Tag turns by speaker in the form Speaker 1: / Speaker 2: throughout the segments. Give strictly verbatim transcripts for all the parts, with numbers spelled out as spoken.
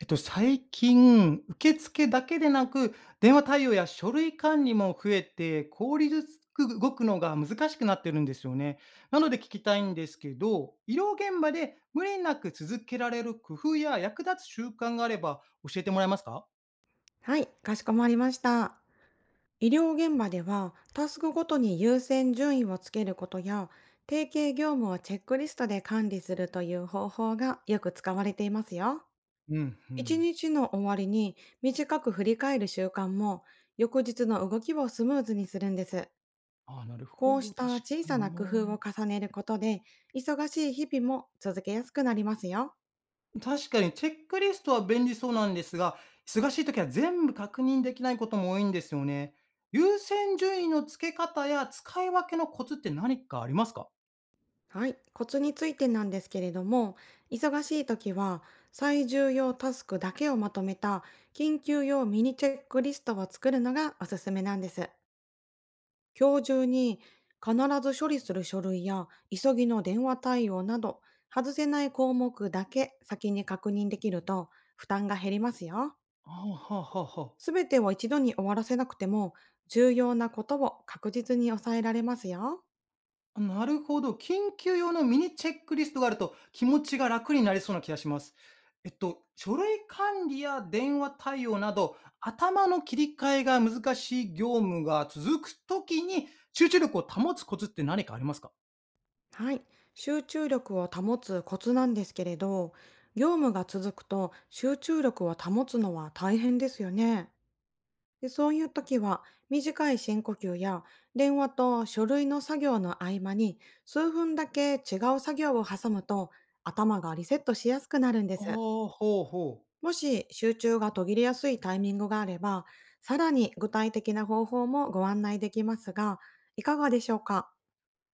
Speaker 1: えっと、最近、受付だけでなく、電話対応や書類管理も増えて、効率よく動くのが難しくなってるんですよね。なので聞きたいんですけど、医療現場で無理なく続けられる工夫や役立つ習慣があれば教えてもらえますか？
Speaker 2: はい、かしこまりました。医療現場では、タスクごとに優先順位をつけることや、提携業務をチェックリストで管理するという方法がよく使われていますよ。
Speaker 1: うん、う
Speaker 2: 一
Speaker 1: ん。
Speaker 2: 日の終わりに短く振り返る習慣も、翌日の動きをスムーズにするんです。
Speaker 1: ああ、なる
Speaker 2: こ
Speaker 1: ほ
Speaker 2: うし
Speaker 1: ど。確
Speaker 2: た小
Speaker 1: か
Speaker 2: さ
Speaker 1: に
Speaker 2: な
Speaker 1: な。
Speaker 2: 工夫を重ねることで、忙しい日々も続けやすくなりますよ。
Speaker 1: 確かにチェックリストは便利そうなんですが、忙しい時は全部確認できないことも多いんですよね。優先順位の付け方や使い分けのコツって何かありますか？
Speaker 2: はい、コツについてなんですけれども、忙しい時は最重要タスクだけをまとめた緊急用ミニチェックリストを作るのがおすすめなんです。今日中に必ず処理する書類や急ぎの電話対応など、外せない項目だけ先に確認できると負担が減りますよ。
Speaker 1: はあはあはあは
Speaker 2: すべてを一度に終わらせなくても重要なことを確実に抑えられますよ。
Speaker 1: あ。なるほど。緊急用のミニチェックリストがあると気持ちが楽になりそうな気がします。えっと、書類管理や電話対応など、頭の切り替えが難しい業務が続くときに集中力を保つコツって何かありますか？
Speaker 2: はい。集中力を保つコツなんですけれど、業務が続くと集中力を保つのは大変ですよね。でそういう時は、短い深呼吸や、電話と書類の作業の合間に数分だけ違う作業を挟むと、頭がリセットしやすくなるんで
Speaker 1: はあ、
Speaker 2: す。
Speaker 1: ほうほうほう。
Speaker 2: もし集中が途切れやすいタイミングがあれば、さらに具体的な方法もご案内できますが、いかがでしょうか？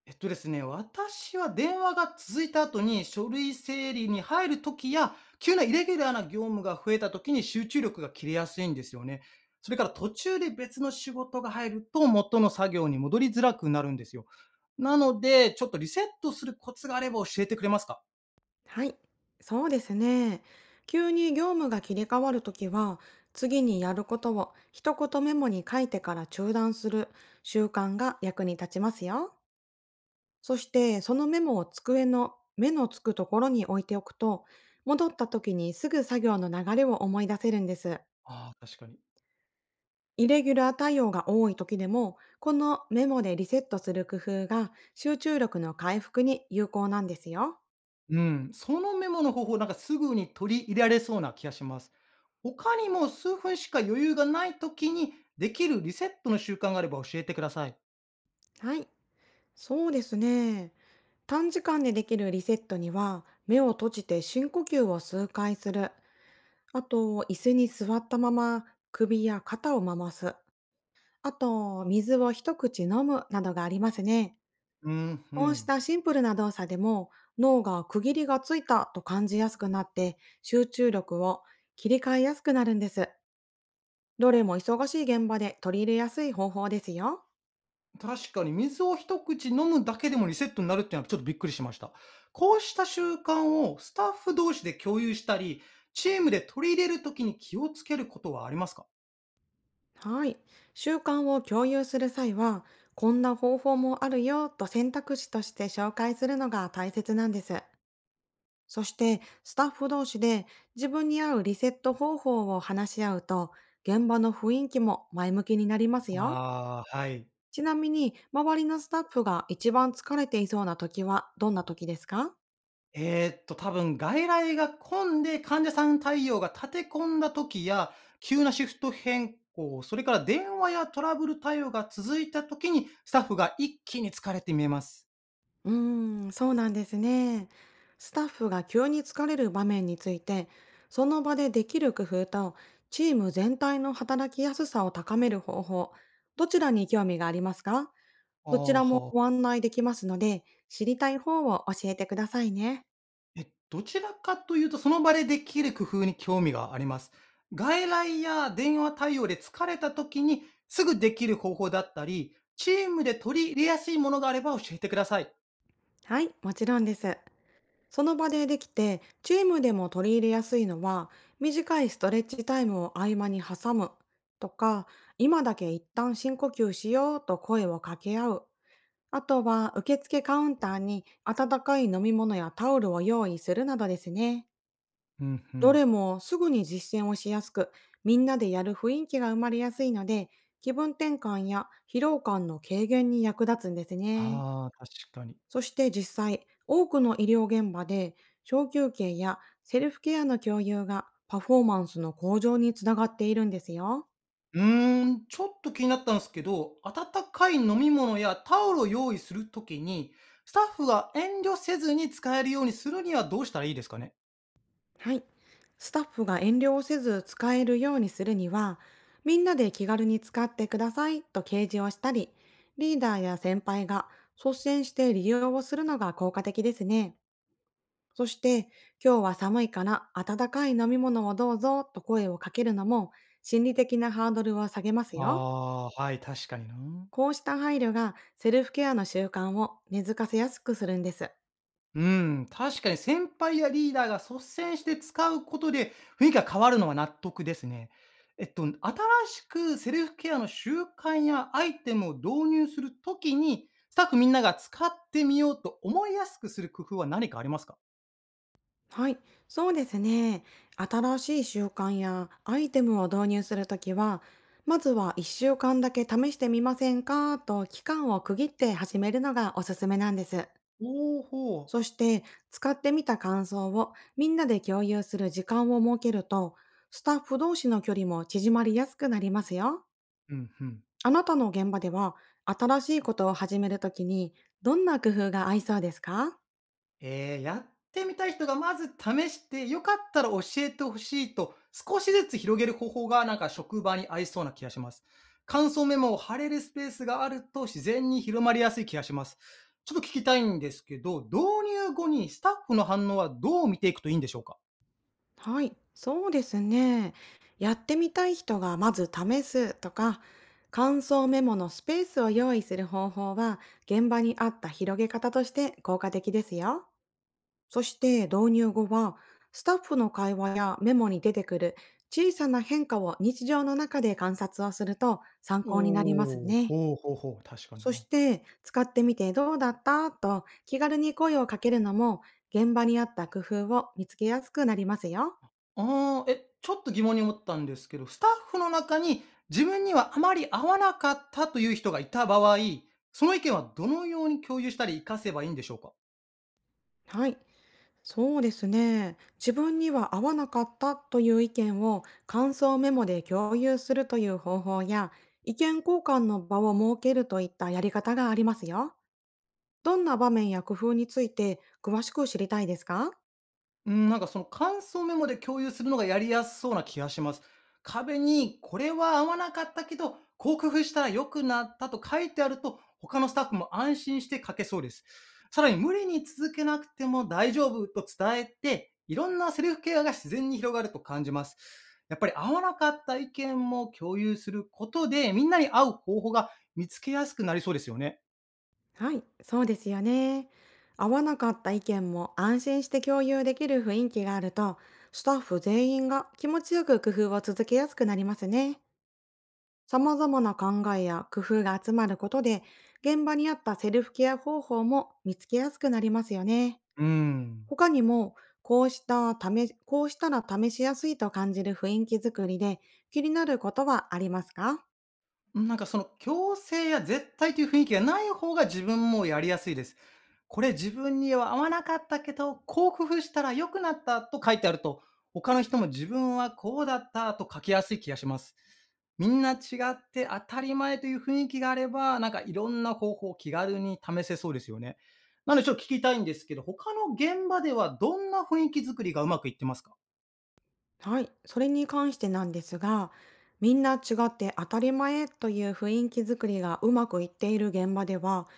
Speaker 1: えっとですね、私は電話が続いた後に書類整理に入る時や、急なイレギュラーな業務が増えた時に集中力が切れやすいんですよね。それから途中で別の仕事が入ると元の作業に戻りづらくなるんですよ。なので、ちょっとリセットするコツがあれば教えてくれますか？
Speaker 2: はい、そうですね。急に業務が切り替わるときは、次にやることを一言メモに書いてから中断する習慣が役に立ちますよ。そして、そのメモを机の目のつくところに置いておくと、戻った時にすぐ作業の流れを思い出せるんです。
Speaker 1: ああ、確かに。
Speaker 2: イレギュラー対応が多い時でも、このメモでリセットする工夫が集中力の回復に有効なんですよ。
Speaker 1: うん。そのメモの方法、なんかすぐに取り入れられそうな気がします。他にも数分しか余裕がない時にできるリセットの習慣があれば教えてください。
Speaker 2: はい、そうですね。短時間でできるリセットには、目を閉じて深呼吸を数回する。あと、椅子に座ったまま首や肩を回す。あと、水を一口飲むなどがありますね。
Speaker 1: うん、う
Speaker 2: こうし
Speaker 1: ん。
Speaker 2: たシンプルな動作でも、脳が区切りがついたと感じやすくなって、集中力を切り替えやすくなるんです。どれも忙しい現場で取り入れやすい方法ですよ。
Speaker 1: 確かに水を一口飲むだけでもリセットになるっていうのはちょっとびっくりしました。こうした習慣をスタッフ同士で共有したり、チームで取り入れるときに気をつけることはありますか？
Speaker 2: はい。習慣を共有する際は、こんな方法もあるよと選択肢として紹介するのが大切なんです。そして、スタッフ同士で自分に合うリセット方法を話し合うと、現場の雰囲気も前向きになりますよ。
Speaker 1: ああー、はい。
Speaker 2: ちなみに、周りのスタッフが一番疲れていそうな時はどんな時ですか？
Speaker 1: えーっと多分外来が混んで患者さん対応が立て込んだ時や、急なシフト変更、それから電話やトラブル対応が続いた時に、スタッフが一気に疲れて見えます。
Speaker 2: うーん、そうなんですね。スタッフが急に疲れる場面について、その場でできる工夫と、チーム全体の働きやすさを高める方法、どちらに興味がありますか？
Speaker 1: あ
Speaker 2: どち
Speaker 1: あ、
Speaker 2: らも
Speaker 1: は
Speaker 2: ご
Speaker 1: あ。
Speaker 2: 案内できますので、知りたい方を教えてくださいね。
Speaker 1: え、どちらかというと、その場でできる工夫に興味があります。外来や電話対応で疲れた時にすぐできる方法だったり、チームで取り入れやすいものがあれば教えてください。
Speaker 2: はい、もちろんです。その場でできて、チームでも取り入れやすいのは、短いストレッチタイムを合間に挟むとか、今だけ一旦深呼吸しようと声を掛け合う、あとは受付カウンターに温かい飲み物やタオルを用意するなどですね。
Speaker 1: うん、う
Speaker 2: ど
Speaker 1: ん。
Speaker 2: れもすぐに実践をしやすく、みんなでやる雰囲気が生まれやすいので、気分転換や疲労感の軽減に役立つんですね。
Speaker 1: ああ、確かに。
Speaker 2: そして実際、多くの医療現場で小休憩やセルフケアの共有がパフォーマンスの向上につながっているんですよ。
Speaker 1: うーん、ちょっと気になったんですけど、温かい飲み物やタオルを用意するときに、スタッフが遠慮せずに使えるようにするにはどうしたらいいですかね？
Speaker 2: はい。スタッフが遠慮をせず使えるようにするには、みんなで気軽に使ってくださいと掲示をしたり、リーダーや先輩が率先して利用をするのが効果的ですね。そして、今日は寒いから温かい飲み物をどうぞと声をかけるのも、心理的なハードルを下げますよ。
Speaker 1: ああー、はい、確かにな。
Speaker 2: こうした配慮がセルフケアの習慣を根付かせやすくするんです。
Speaker 1: うん、確かに先輩やリーダーが率先して使うことで雰囲気が変わるのは納得ですね。えっと、新しくセルフケアの習慣やアイテムを導入するときに、スタッフみんなが使ってみようと思いやすくする工夫は何かありますか？
Speaker 2: はい、そうですね。新しい習慣やアイテムを導入するときは、まずはいっしゅうかんだけ試してみませんかと期間を区切って始めるのがおすすめなんです。
Speaker 1: おおーほ
Speaker 2: そして、使ってみた感想をみんなで共有する時間を設けると、スタッフ同士の距離も縮まりやすくなりますよ。
Speaker 1: う。うんうん。
Speaker 2: あなたの現場では、新しいことを始めるときに、どんな工夫が合いそうですか？
Speaker 1: えーやってみたい人がまず試して、良かったら教えてほしいと、少しずつ広げる方法がなんか職場に合いそうな気がします。感想メモを貼れるスペースがあると自然に広まりやすい気がします。ちょっと聞きたいんですけど、導入後にスタッフの反応はどう見ていくといいんでしょうか？
Speaker 2: はい、そうですね。やってみたい人がまず試すとか、感想メモのスペースを用意する方法は、現場に合った広げ方として効果的ですよ。そして導入後は、スタッフの会話やメモに出てくる小さな変化を日常の中で観察をすると参
Speaker 1: お
Speaker 2: 考になります
Speaker 1: おー、
Speaker 2: ね。
Speaker 1: ほうほうほう、確かに。
Speaker 2: そして、使ってみてどうだったと気軽に声をかけるのも、現場に合った工夫を見つけやすくなりますよ。
Speaker 1: ああ、え、ちょっと疑問に思ったんですけど、スタッフの中に自分にはあまり合わなかったという人がいた場合、その意見はどのように共有したり活かせばいいんでしょうか？
Speaker 2: はい。そうですね。自分には合わなかったという意見を感想メモで共有するという方法や、意見交換の場を設けるといったやり方がありますよ。どんな場面や工夫について詳しく知りたいですか？
Speaker 1: うん、なんかその感想メモで共有するのがやりやすそうな気がします。壁にこれは合わなかったけど、こう工夫したら良くなったと書いてあると、他のスタッフも安心して書けそうです。さらに無理に続けなくても大丈夫と伝えて、いろんなセルフケアが自然に広がると感じます。やっぱり合わなかった意見も共有することで、みんなに合う方法が見つけやすくなりそうですよね。
Speaker 2: はい、そうですよね。合わなかった意見も安心して共有できる雰囲気があると、スタッフ全員が気持ちよく工夫を続けやすくなりますね。様々な考えや工夫が集まることで、現場に合ったセルフケア方法も見つけやすくなりますよね。
Speaker 1: うーん。
Speaker 2: 他にも、こうした試し、こうしたら試しやすいと感じる雰囲気づくりで気になることはありますか？
Speaker 1: なんかその強制や絶対という雰囲気がない方が自分もやりやすいです。これ自分には合わなかったけど、こう工夫したら良くなったと書いてあると、他の人も自分はこうだったと書きやすい気がします。みんな違って当たり前という雰囲気があれば、なんかいろんな方法を気軽に試せそうですよね。なのでちょっと聞きたいんですけど、他の現場ではどんな雰囲気作りがうまくいってますか？
Speaker 2: はい、それに関してなんですが、みんな違って当たり前という雰囲気づくりがうまくいっている現場では、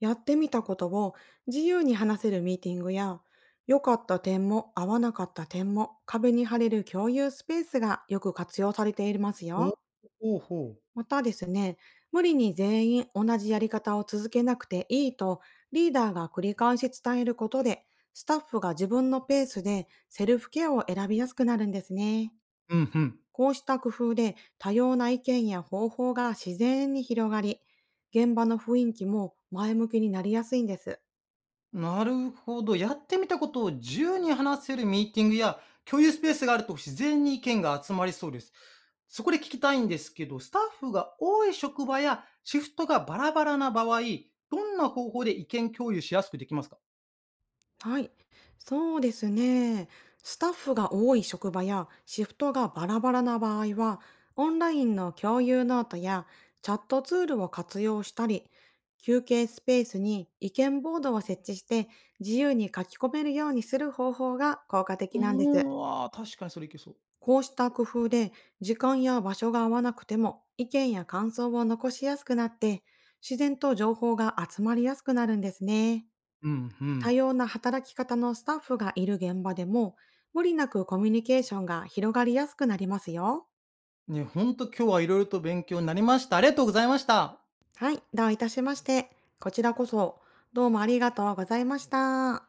Speaker 2: やってみたことを自由に話せるミーティングや、良かった点も合わなかった点も壁に貼れる共有スペースがよく活用されています
Speaker 1: お、
Speaker 2: よ。
Speaker 1: ほうほう。
Speaker 2: またですね、無理に全員同じやり方を続けなくていいとリーダーが繰り返し伝えることで、スタッフが自分のペースでセルフケアを選びやすくなるんですね。
Speaker 1: うんうん。
Speaker 2: こうした工夫で多様な意見や方法が自然に広がり、現場の雰囲気も前向きになりやすいんです。
Speaker 1: なるほど。やってみたことを自由に話せるミーティングや共有スペースがあると自然に意見が集まりそうです。そこで聞きたいんですけど、スタッフが多い職場やシフトがバラバラな場合、どんな方法で意見共有しやすくできますか？
Speaker 2: はい。そうですね。スタッフが多い職場やシフトがバラバラな場合は、オンラインの共有ノートやチャットツールを活用したり、休憩スペースに意見ボードを設置して自由に書き込めるようにする方法が効果的
Speaker 1: う
Speaker 2: なんです。
Speaker 1: ーん、あー確かにそれいけそう。
Speaker 2: こうした工夫で、時間や場所が合わなくても意見や感想を残しやすくなって、自然と情報が集まりやすくなるんですね。
Speaker 1: うん、う
Speaker 2: 多
Speaker 1: ん。
Speaker 2: 様な働き方のスタッフがいる現場でも、無理なくコミュニケーションが広がりやすくなりますよ。
Speaker 1: ね、ほんと今日はいろいろと勉強になりました。ありがとうございました。
Speaker 2: はい、どういたしまして。こちらこそどうもありがとうございました。